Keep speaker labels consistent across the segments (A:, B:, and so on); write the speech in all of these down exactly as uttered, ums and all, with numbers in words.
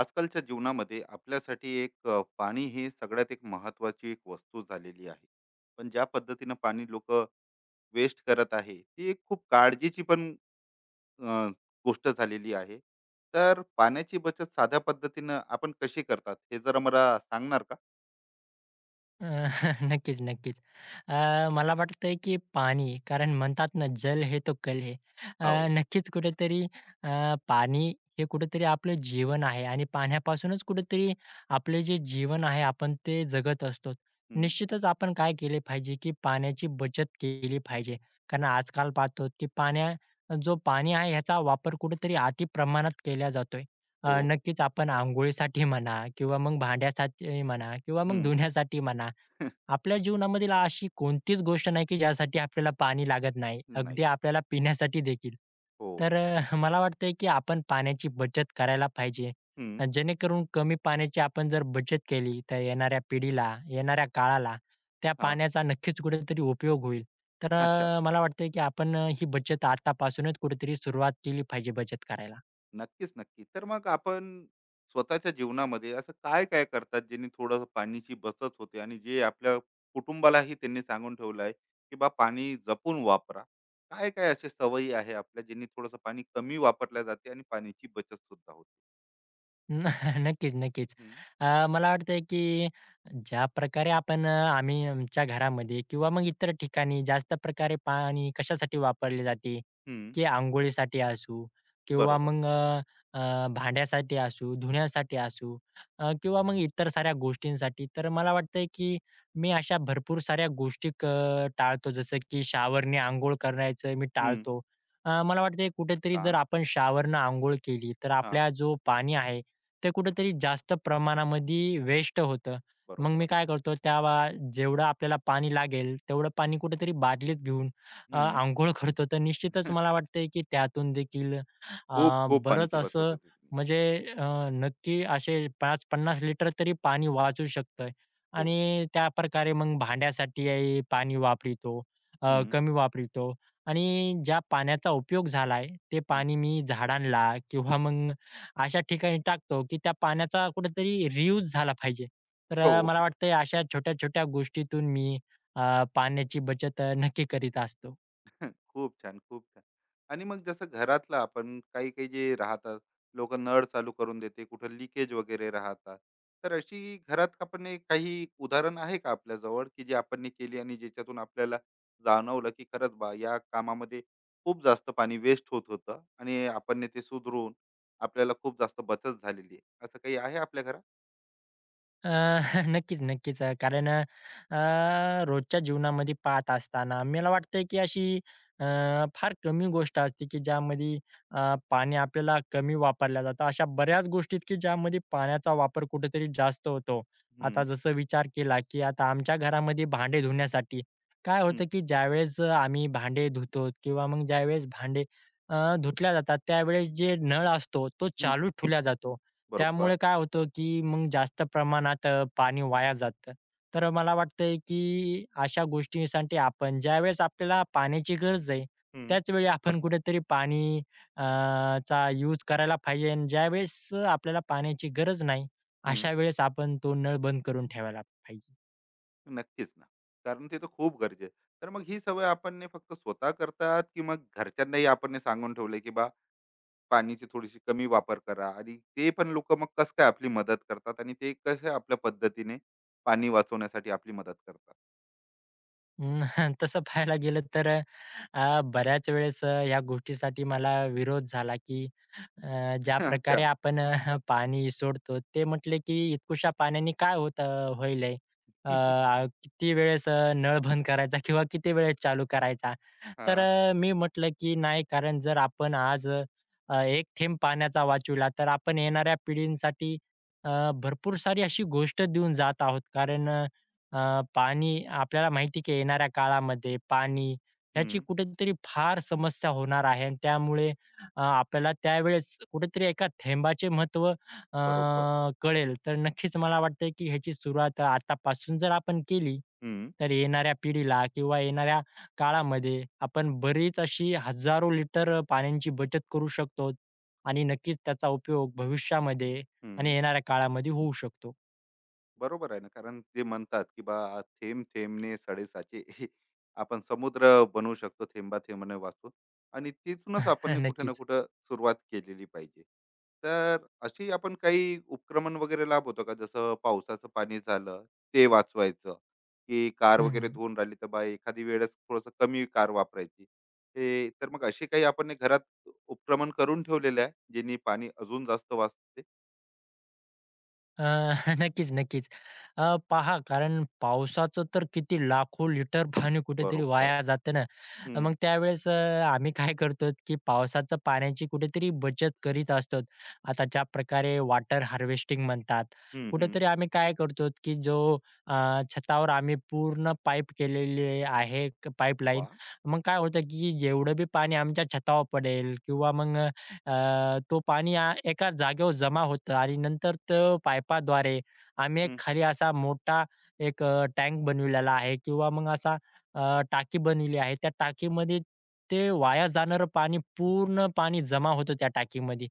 A: आजकालच्या जीवनामध्ये आपल्यासाठी एक अ, पाणी हे सगळ्यात एक महत्वाची एक वस्तू झालेली आहे. पण ज्या पद्धतीनं पाणी लोक वेस्ट करत आहे ती एक खूप काळजीची पण अ, गोष्ट झालेली आहे. तर पाण्याची बचत साध्या पद्धतीनं आपण कशी करतात हे जरा मला सांगणार का?
B: अ, नक्कीच, नक्कीच. अ, मला वाटतंय, की पाणी कारण म्हणतात ना, "जल है तो कल है."
A: हो.
B: अ, नक्कीच कुठेतरी अ, पाणी हे कुठेतरी आपलं जीवन आहे आणि पाण्यापासूनच कुठेतरी आपले जे जीवन आहे, आपण ते जगत असतो.
A: हम्म.
B: निश्चितच आपण काय केले पाहिजे, की पाण्याची बचत केली पाहिजे. कारण आजकाल पाहतो, की पाण्या जो पाणी आहे, ह्याचा वापर कुठेतरी अति प्रमाणात केला जातोय.
A: हो.
B: अ, नक्कीच आपण अंघोळीसाठी म्हणा किंवा मग भांड्यासाठी म्हणा किंवा मग
A: हम्म.
B: धुण्यासाठी म्हणा. आपल्या जीवनामधील अशी कोणतीच गोष्ट नाही की ज्यासाठी आपल्याला पाणी लागत नाही.
A: नाही
B: अगदी
A: लागत.
B: आपल्याला पिण्यासाठी देखील.
A: हो.
B: तर अ, मला वाटतंय की आपण पाण्याची बचत करायला पाहिजे. अ,
A: हम्म.
B: जेणेकरून कमी पाण्याची आपण जर बचत केली, तर येणाऱ्या पिढीला, येणाऱ्या काळाला त्या
A: हा.
B: पाण्याचा नक्कीच कुठेतरी उपयोग होईल. तर
A: अच्छा.
B: अ, मला वाटतंय की आपण अ, ही बचत आतापासूनच कुठेतरी सुरुवात केली पाहिजे बचत करायला.
A: नक्कीच, नक्की. तर मग आपण स्वतःच्या जीवनामध्ये असं काय-काय करतात ज्यांनी थोडं पाणीची बचत होते आणि जे आपल्या कुटुंबालाही त्यांनी सांगून ठेवलं आहे, की बा पाणी जपून वापरा. काय-काय अशी सवयी आहे आपल्या ज्यांनी थोडंसं पाणी कमी वापरल्या जाते आणि पाण्याची बचत सुद्धा होते?
B: नक्कीच, नक्कीच.
A: हं.
B: अ, मला वाटतंय, की ज्या प्रकारे आपण अ, आम्ही आमच्या घरामध्ये किंवा मग इतर ठिकाणी जास्त प्रकारे पाणी कशासाठी वापरले जाते,
A: हं.
B: की अंघोळीसाठी असू किंवा
A: बरोबर.
B: मग अ, अ, भांड्यासाठी असू, धुण्यासाठी असू अ, किंवा मग इतर साऱ्या गोष्टींसाठी. तर मला वाटतंय, की मी अशा भरपूर साऱ्या गोष्टी क टाळतो. जसं की शॉवरने अंघोळ करायचं मी
A: हं.
B: टाळतो. अ, मला वाटतंय कुठेतरी जर
A: छान.
B: आपण शॉवरनं अंघोळ केली, तर
A: हां.
B: आपला जो पाणी आहे ते कुठेतरी जास्त प्रमाणामध्ये वेस्ट होतं. मग मी
A: बरोबर.
B: काय करतो त्या बा जेवढं आपल्याला पाणी लागेल, तेवढं पाणी कुठेतरी बादलीत घेऊन अ,
A: हं.
B: अंघोळ करतो. तर निश्चितच मला वाटतंय की त्यातून देखील अ,
A: खूप, खूप
B: बरंच
A: पाण्याची बचत
B: असं
A: होते. तिने.
B: म्हणजे अ, नक्की असे पाच ते पन्नास लिटर तरी पाणी वाचू शकतं
A: हो.
B: आणि त्याप्रकारे मग भांड्यासाठी ही पाणी वापरतो, अ,
A: हं,
B: कमी वापरतो आणि ज्या पाण्याचा उपयोग झालाय, ते
A: हं.
B: पाणी मी झाडांना किंवा मग अशा ठिकाणी टाकतो, की त्या पाण्याचा कुठेतरी रियूज झाला पाहिजे. तर
A: हो.
B: अ, मला वाटतंय अशा छोट्या-छोट्या गोष्टीतून मी अ, पाण्याची बचत अ, नक्की करीत असतो.
A: खूप छान, खूप छान. आणि मग जसं घरातलं आपण काही-काही जे राहतात, लोकं नळ चालू करून देते, कुठं लीकेज वगैरे राहतात. तर अशी घरात आपण एक काही उदाहरण आहे का आपल्याजवळ, की जे आपण नी केली आणि ज्याच्यातून आपल्याला जाणवलं, की खरंच बा या कामामध्ये खूप जास्त पाणी वेस्ट होत होतं आणि आपण नी ते सुधारून आपल्याला खूप जास्त बचत झालेली आहे. असं काही आहे आपल्या घरात?
B: अ, नक्कीच, नक्कीच. अ,
A: हं.
B: कारण अ, अ, रोजच्या जीवनामध्ये पाहत असताना मला वाटतंय, की अशी अ, फार कमी गोष्ट असते, की ज्यामध्ये अ, पाणी आपल्याला कमी वापरलं जातं. अशा बऱ्याच गोष्टी की ज्यामध्ये पाण्याचा वापर कुठेतरी जास्त होतो. आता
A: हं,
B: जसं विचार केला, की आता आमच्या घरामध्ये भांडे धुण्यासाठी काय
A: हं,
B: होतं, की ज्यावेळेस आम्ही भांडे धुतो किंवा मग ज्यावेळेस भांडे अ, धुतल्या जातात त्यावेळेस जे नळ असतो, तो चालू ठेवला जातो.
A: बरोबर.
B: त्यामुळे काय होतं, की मग जास्त प्रमाणात अ, पाणी वाया जातं. तर मला वाटतंय, की अशा गोष्टींसाठी आपण ज्यावेळेस आपल्याला पाण्याची गरज आहे,
A: हं,
B: त्याचवेळी आपण कुठेतरी पाणी अ, चा यूज करायला पाहिजे आणि ज्यावेळेस आपल्याला पाण्याची गरज नाही, अशा
A: हं.
B: वेळेस आपण तो नळ बंद करून ठेवायला पाहिजे.
A: नक्कीच ना. कारण ते तर खूप गरजे. तर मग ही सवय आपण ने फक्त स्वतः करतात, की मग घरच्यांनाही आपण नी सांगून ठेवलंय, की बा पाण्याची थोडीशी कमी वापर करा आणि ते पण लोकं मग कसं काय आपली मदत करतात आणि ते कसं आपल्या पद्धतीने पाणी वाचवण्यासाठी आपली मदत करतात?
B: अं, तसं पाहायला गेलं तर अ, बऱ्याच वेळेस अ, या गोष्टीसाठी मला विरोध झाला, की अ, ज्या प्रकारे
A: अच्छा.
B: आपण अ, पाणी सोडतो, ते म्हटले की इतकुशा पाण्याने काय होत अ, होईल आहे? अ, आ- किती वेळेस अ, नळ बंद करायचा किंवा किती वेळेस चालू करायचा? तर
A: हां.
B: अ, मी म्हटलं की नाही, कारण जर आपण आज अ, एक थेंब पाण्याचा वाचविला, तर आपण येणाऱ्या पिढींसाठी अ, भरपूर सारी अशी गोष्ट देऊन जात आहोत. कारण अ, पाणी आपल्याला माहिती आहे की येणाऱ्या काळामध्ये पाणी ह्याची
A: हं.
B: कुठेतरी फार समस्या होणार आहे आणि त्यामुळे अ, आपल्याला त्यावेळेस कुठेतरी एका थेंबाचे महत्त्व अ,
A: बरोबर.
B: कळेल. तर नक्कीच मला वाटतंय की ह्याची सुरुवात आतापासून जर आपण केली,
A: हं,
B: तर येणाऱ्या पिढीला किंवा येणाऱ्या काळामध्ये आपण बरीच अशी हजारो लिटर पाण्याची बचत करू शकतो आणि नक्कीच त्याचा उपयोग भविष्यामध्ये आणि
A: हं.
B: येणाऱ्या काळामध्ये होऊ शकतो.
A: बरोबर आहे ना कारण ते म्हणतात की बा थेंब थेंबने साडेसाचे आपण समुद्र बनवू शकतो थेंबा थेंबाने वाचून आणि तिथूनच आपण कुठे ना
B: नक्कीच.
A: कुठं सुरुवात केलेली पाहिजे. तर अशी आपण काही उपक्रमण वगैरे लाभवतो का जसं पावसाचं पाणी झालं ते वाचवायचं की कार
B: हं,
A: वगैरे
B: हं.
A: धुवून राहिली तर बा एखादी वेळेस थोडस कमी कार वापरायची. हे तर मग अशी काही आपण हे घरात उपक्रमण करून ठेवलेले आहे ज्यांनी पाणी अजून जास्त वाचते?
B: अ, नक्कीच, नक्कीच. अ, पहा कारण पावसाचं तर किती लाखो लिटर पाणी कुठेतरी
A: बरोबर.
B: वाया जातं ना. अ, मग
A: हम्म.
B: त्यावेळेस अ, आम्ही काय करतो, की पावसाच्या पाण्याची कुठेतरी बचत करीत असतो. आता ज्या प्रकारे वॉटर हार्वेस्टिंग म्हणतात.
A: हम्म. हम्म.
B: कुठेतरी आम्ही काय करतो, की जो अ, छतावर आम्ही पूर्ण पाईप केलेली आहे पाईपलाईन.
A: वा.
B: मग काय होतं, की जेवढं बी पाणी आमच्या छतावर पडेल किंवा मग अ, तो पाणी आ, एका जागेवर जमा होतं आणि नंतर तो पाईपाद्वारे आम्ही एक
A: हं,
B: खाली असा मोठा एक अ, टँक बनविलेला आहे किंवा मग असा अ, टाकी बनवली आहे. त्या टाकीमध्ये ते वाया जाणारं पाणी पूर्ण पाणी जमा होतं त्या टाकीमध्ये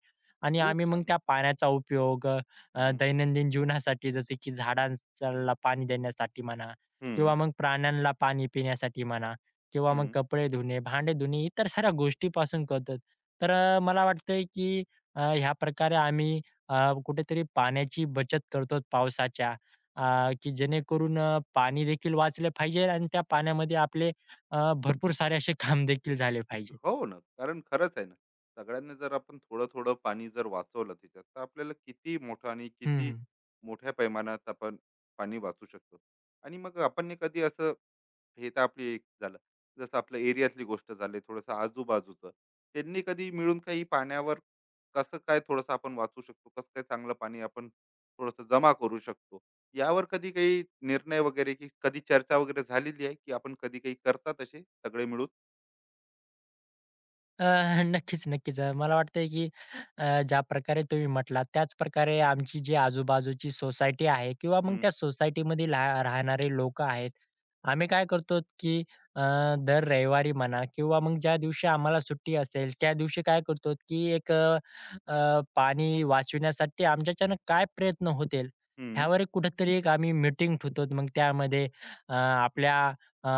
B: आणि
A: खूप
B: आम्ही मग
A: छान.
B: त्या पाण्याचा उपयोग अ,
A: हं,
B: दैनंदिन जीवनासाठी जसे की झाडांला पाणी देण्यासाठी म्हणा
A: हं,
B: किंवा मग प्राण्यांना पाणी पिण्यासाठी म्हणा किंवा मग
A: हं.
B: कपडे धुणे, भांडे धुणे इतर साऱ्या गोष्टीपासून करतो. तर अ, मला वाटतंय की अ, ह्या प्रकारे आम्ही अ, कुठेतरी पाण्याची बचत करतो पावसाच्या. अ, की जेणेकरून अ, पाणी देखील वाचलं पाहिजे आणि त्या पाण्यामध्ये आपले अ, भरपूर सारे असे काम देखील झाले पाहिजेत.
A: हो ना, कारण खरंच आहे ना. सगळ्यांनी जर आपण थोडं-थोडं पाणी जर वाचवलं त्याच्यात, तर आपल्याला किती मोठं आणि किती
B: हं,
A: मोठ्या पैमानात आपण पाणी वाचू शकतो. आणि मग आपण नाही कधी असं हे तर आपली एक झालं. जसं आपलं एरियातली गोष्ट झाली, थोडंसं आजूबाजूचं. त्यांनी कधी मिळून काही पाण्यावर कसं काय थोडंसं आपण वाचू शकतो, कसं काय चांगलं पाणी आपण थोडंसं जमा करू शकतो. यावर कधी काही निर्णय वगैरे की कधी चर्चा वगैरे झालेली आहे, की आपण कधी काही करतात असे सगळे मिळून?
B: अ, नक्कीच, नक्कीच. अ, मला वाटतंय की अ, ज्या प्रकारे तुम्ही म्हटलात, त्याच प्रकारे आमची जी आजूबाजूची सोसायटी आहे किंवा मग
A: हं,
B: त्या सोसायटीमध्ये ला राहणारे लोकं आहेत. आम्ही काय करतो की अ, दर रविवारी म्हणा किंवा मग ज्या दिवशी आम्हाला सुट्टी असेल, त्या दिवशी काय करतो की एक अ, अ, पाणी वाचविण्यासाठी आमच्याच्यानं काय प्रयत्न होतील,
A: हं.
B: ह्यावर एक कुठेतरी एक आम्ही मीटिंग ठेवतो. मग त्यामध्ये अ, आपल्या अ,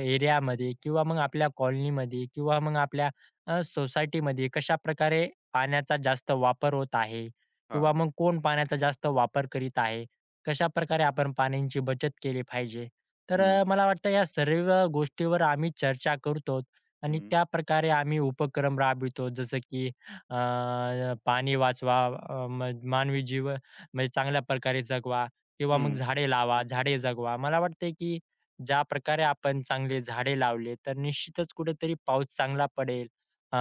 B: एरियामध्ये किंवा मग आपल्या कॉलनीमध्ये किंवा मग आपल्या अ, सोसायटीमध्ये कशाप्रकारे पाण्याचा जास्त वापर होत आहे किंवा
A: हां.
B: मग कोण पाण्याचा जास्त वापर करीत आहे, कशाप्रकारे आपण पाण्याची बचत केली पाहिजे. तर
A: हं,
B: अ, मला वाटतं या सर्व गोष्टीवर आम्ही चर्चा करतो आणि
A: हं,
B: त्याप्रकारे आम्ही उपक्रम राबवितो. जसं की अ, पाणी वाचवा, अ, म मानवी जीवन म्हणजे चांगल्या प्रकारे जगवा किंवा मग
A: हं,
B: झाडे लावा, झाडे जगवा. मला वाटतंय की ज्याप्रकारे आपण चांगले झाडे लावले, तर निश्चितच कुठेतरी पाऊस चांगला पडेल. अ,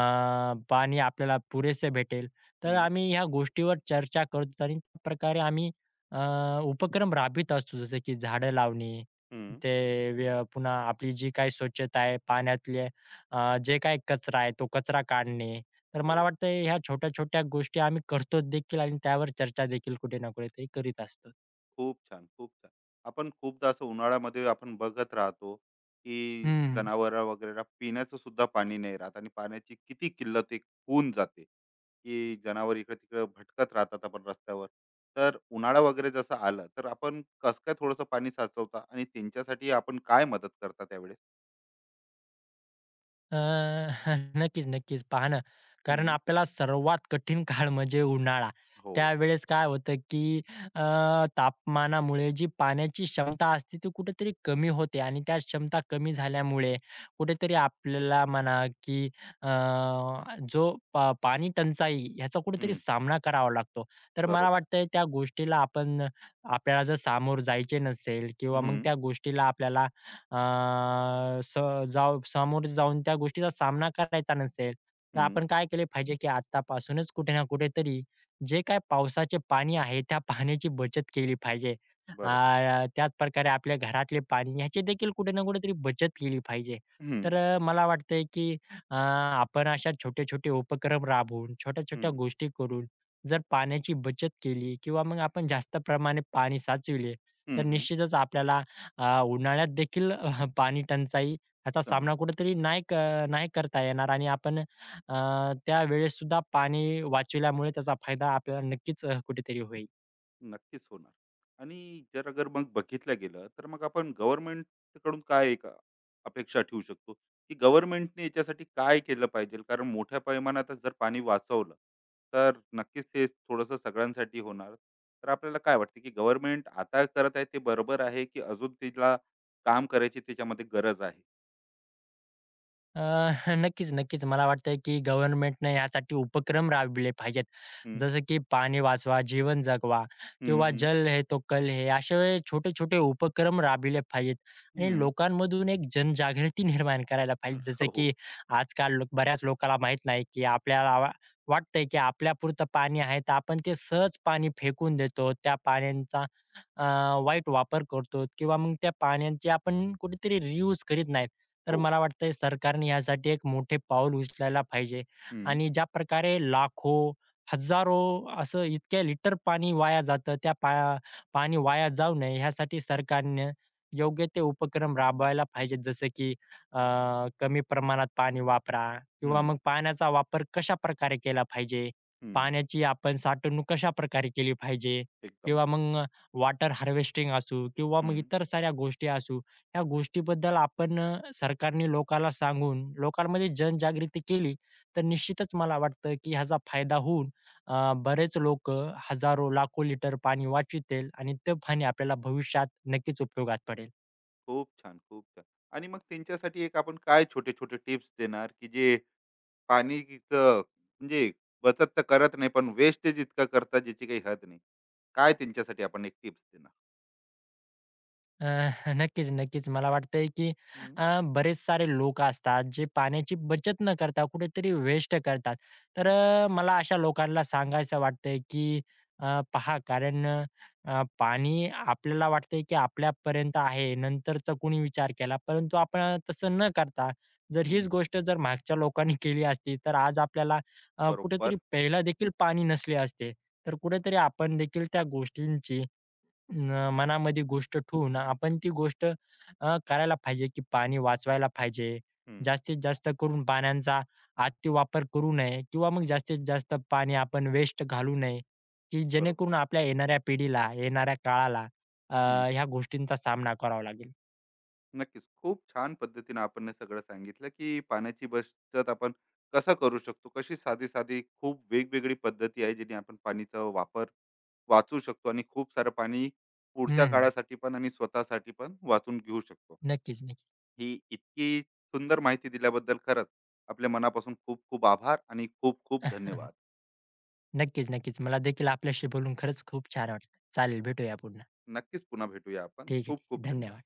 B: पाणी आपल्याला पुरेसे भेटेल. तर
A: हं,
B: आम्ही ह्या गोष्टीवर चर्चा करतो आणि त्या प्रकारे आम्ही अ, उपक्रम राबवीत असतो. जसं की झाडं लावणे,
A: हं.
B: ते व्य पुन्हा आपली जी काही स्वच्छता आहे, पाण्यातले अ, जे काही कचरा आहे, तो कचरा काढणे. तर मला
A: हो.
B: वाटतंय ह्या छोट्या-छोट्या गोष्टी आम्ही करतो देखील आणि त्यावर चर्चा देखील कुठे ना कुठेतरी करीत असतो.
A: खूप छान, खूप छान. आपण खूपदा असं उन्हाळ्यामध्ये आपण बघत राहतो, की
B: हं.
A: जनावरं वगैरेला पिण्याचं सुद्धा पाणी नाही राहत आणि पाण्याची किती किल्लत एक होऊन जाते, की जनावर इकडं-तिकडं भटकत राहतात आपण रस्त्यावर. तर उन्हाळा वगैरे जसं आलं, तर आपण कसं काय थोडंसं पाणी साचवता आणि त्यांच्यासाठी आपण काय मदत करता त्यावेळेस?
B: अ, नक्कीच, नक्कीच. पहा ना, कारण
A: हं.
B: आपल्याला सर्वात कठीण काळ म्हणजे उन्हाळा.
A: हो.
B: त्यावेळेस काय होतं, की अ, तापमानामुळे जी पाण्याची क्षमता असते ती कुठेतरी कमी होते आणि त्या क्षमता कमी झाल्यामुळे कुठेतरी आपल्याला म्हणा, की अ, जो पा पाणी टंचाई ह्याचा कुठेतरी
A: हं.
B: सामना करावा लागतो. तर मला
A: बरोबर.
B: वाटतंय त्या गोष्टीला आपण आपल्याला जर सामोरं जायचे नसेल किंवा मग
A: हं,
B: त्या गोष्टीला आपल्याला अ, स जाव समोर जाऊन त्या गोष्टीचा सामना करायचा नसेल, तर
A: हं.
B: आपण काय केले पाहिजे, की आत्तापासूनच कुठे ना कुठेतरी जे काही पावसाचे पाणी आहे, त्या पाण्याची बचत केली पाहिजे.
A: बरोबर.
B: अ, त्याच प्रकारे आपल्या घरातले पाणी ह्याची देखील कुठे ना कुठेतरी बचत केली पाहिजे.
A: हं,
B: तर अ, मला वाटतंय, की अ, आपण अशा छोटे-छोटे उपक्रम राबवून, छोट्या-छोट्या
A: हं.
B: गोष्टी करून जर पाण्याची बचत केली किंवा मग आपण जास्त प्रमाणे पाणी साचविले, तर
A: हं, हं.
B: निश्चितच आपल्याला अ, उन्हाळ्यात देखील अ, पाणी टंचाई ह्याचा
A: कमी
B: सामना
A: होतं.
B: कुठेतरी नाही क नाही करता येणार आणि आपण अ, त्यावेळेस सुद्धा पाणी वाचविल्यामुळे त्याचा फायदा आपल्याला नक्कीच अ, कुठेतरी होईल.
A: नक्कीच होणार. आणि जर अगर मग बघितलं गेलं, तर मग आपण गव्हर्नमेंटकडून काय एक अपेक्षा ठेवू शकतो, की गव्हर्नमेंटने याच्यासाठी काय केलं पाहिजे? कारण मोठ्या पैमानातच जर पाणी वाचवलं, तर नक्कीच ते थोडंसं सगळ्यांसाठी होणार. तर आपल्याला काय वाटतं, की गव्हर्नमेंट आता करत आहे ते बरोबर आहे, की अजून तिला काम करायची त्याच्यामध्ये गरज आहे?
B: अ, नक्कीच, नक्कीच. मला वाटतंय की गव्हर्नमेंटने यासाठी उपक्रम राबविले पाहिजेत.
A: हं,
B: जसं की पाणी वाचवा, जीवन जगवा
A: हं,
B: किंवा
A: हं,
B: जल है तो कल है असे छोटे-छोटे उपक्रम राबविले पाहिजेत आणि
A: हं.
B: लोकांमधून एक जनजागृती निर्माण करायला पाहिजे. जसं की
A: हो,
B: आजकाल लोक बऱ्याच लोकांना माहीत नाही की आपल्याला वा वाटतंय की आपल्यापुरतं पाणी आहे, तर आपण ते सहज पाणी फेकून देतो. त्या पाण्याचा अ, वाईट वापर करतो किंवा मग त्या पाण्याची आपण कुठेतरी रियूज करीत नाहीत. तर
A: हो.
B: मला वाटतंय सरकारने यासाठी एक मोठे पाऊल उचलायला पाहिजे
A: हं,
B: आणि ज्या प्रकारे लाखो, हजारो असं इतक्या लिटर पाणी वाया जातं, त्या पा पाणी वाया जाऊ नये ह्यासाठी सरकारने योग्य ते उपक्रम राबवायला पाहिजेत. जसं की अ, कमी प्रमाणात पाणी वापरा किंवा
A: हं,
B: मग पाण्याचा वापर कशाप्रकारे केला पाहिजे,
A: हं.
B: पाण्याची आपण साठवणूक कशाप्रकारे केली पाहिजे
A: एकदम
B: किंवा
A: बरोबर.
B: मग वॉटर हार्वेस्टिंग असू किंवा मग
A: हं.
B: इतर साऱ्या गोष्टी असू ह्या गोष्टीबद्दल आपण अ, सरकारने लोकाला सांगून लोकांमध्ये जनजागृती केली, तर निश्चितच मला वाटतं, की ह्याचा फायदा होऊन अ, बरेच लोक हजारो, लाखो लिटर पाणी वाचवतील आणि ते पाणी आपल्याला भविष्यात नक्कीच उपयोगात पडेल.
A: खूप छान, खूप छान. आणि मग त्यांच्यासाठी एक आपण काय छोटे-छोटे टिप्स देणार, की जे पाणीचं म्हणजे बचत तर करत नाही, पण वेस्टेज इतका करतात ज्याची काही हद नाही. काय त्यांच्यासाठी आपण एक टिप्स देणार?
B: अ, नक्कीच, नक्कीच. मला वाटतंय, की
A: हं,
B: अ, बरेच सारे लोक असतात, जे पाण्याची बचत न करता कुठेतरी वेस्ट करतात. तर
A: हं.
B: अ, मला अशा लोकांना सांगायचं वाटतंय, की अ, पहा कारण अ, पाणी आपल्याला वाटतंय, की आपल्यापर्यंत आहे. नंतरचा कोणी विचार केला. परंतु आपण तसं न करता, जर
A: हं,
B: हीच गोष्ट जर मागच्या लोकांनी केली असती, तर आज आपल्याला अ, कुठेतरी
A: बरोबर.
B: प्यायला देखील पाणी नसले असते. तर कुठेतरी आपण देखील त्या गोष्टींची न मनामध्ये गोष्ट ठेवून आपण ती गोष्ट अ, करायला पाहिजे, की पाणी वाचवायला पाहिजे.
A: हं,
B: जास्तीत जास्त करून पाण्याचा अतिवापर करू नये किंवा मग जास्तीत जास्त पाणी आपण वेस्ट घालवू नये, की
A: बरोबर.
B: जेणेकरून आपल्या येणाऱ्या पिढीला, येणाऱ्या काळाला अ, ह्या गोष्टींचा सामना करावा लागेल.
A: नक्कीच. खूप छान पद्धतीने आपण हे सगळं सांगितलं, की पाण्याची बचत आपण कसं करू शकतो. कशी साधी-साधी खूप वेगवेगळी पद्धती आहे, ज्याने आपण पाणीचा वापर वाचवू शकतो आणि खूप सारं पाणी पुढच्या
B: हं.
A: काळासाठी पण आणि स्वतःसाठी पण वाचून घेऊ शकतो.
B: नक्कीच, नक्कीच.
A: ही इतकी सुंदर माहिती दिल्याबद्दल खरंच आपल्या मनापासून खूप खूप आभार आणि खूप खूप धन्यवाद.
B: नक्कीच, नक्कीच. मला देखील आपल्याशी बोलून खरंच खूप छान वाटलं. चालेल, भेटूया पुन्हा.
A: नक्कीच पुन्हा भेटूया आपण.
B: ठीक आहे, ठीक
A: खूप
B: आहे.
A: खूप धन्यवाद.
B: धन्यवाद.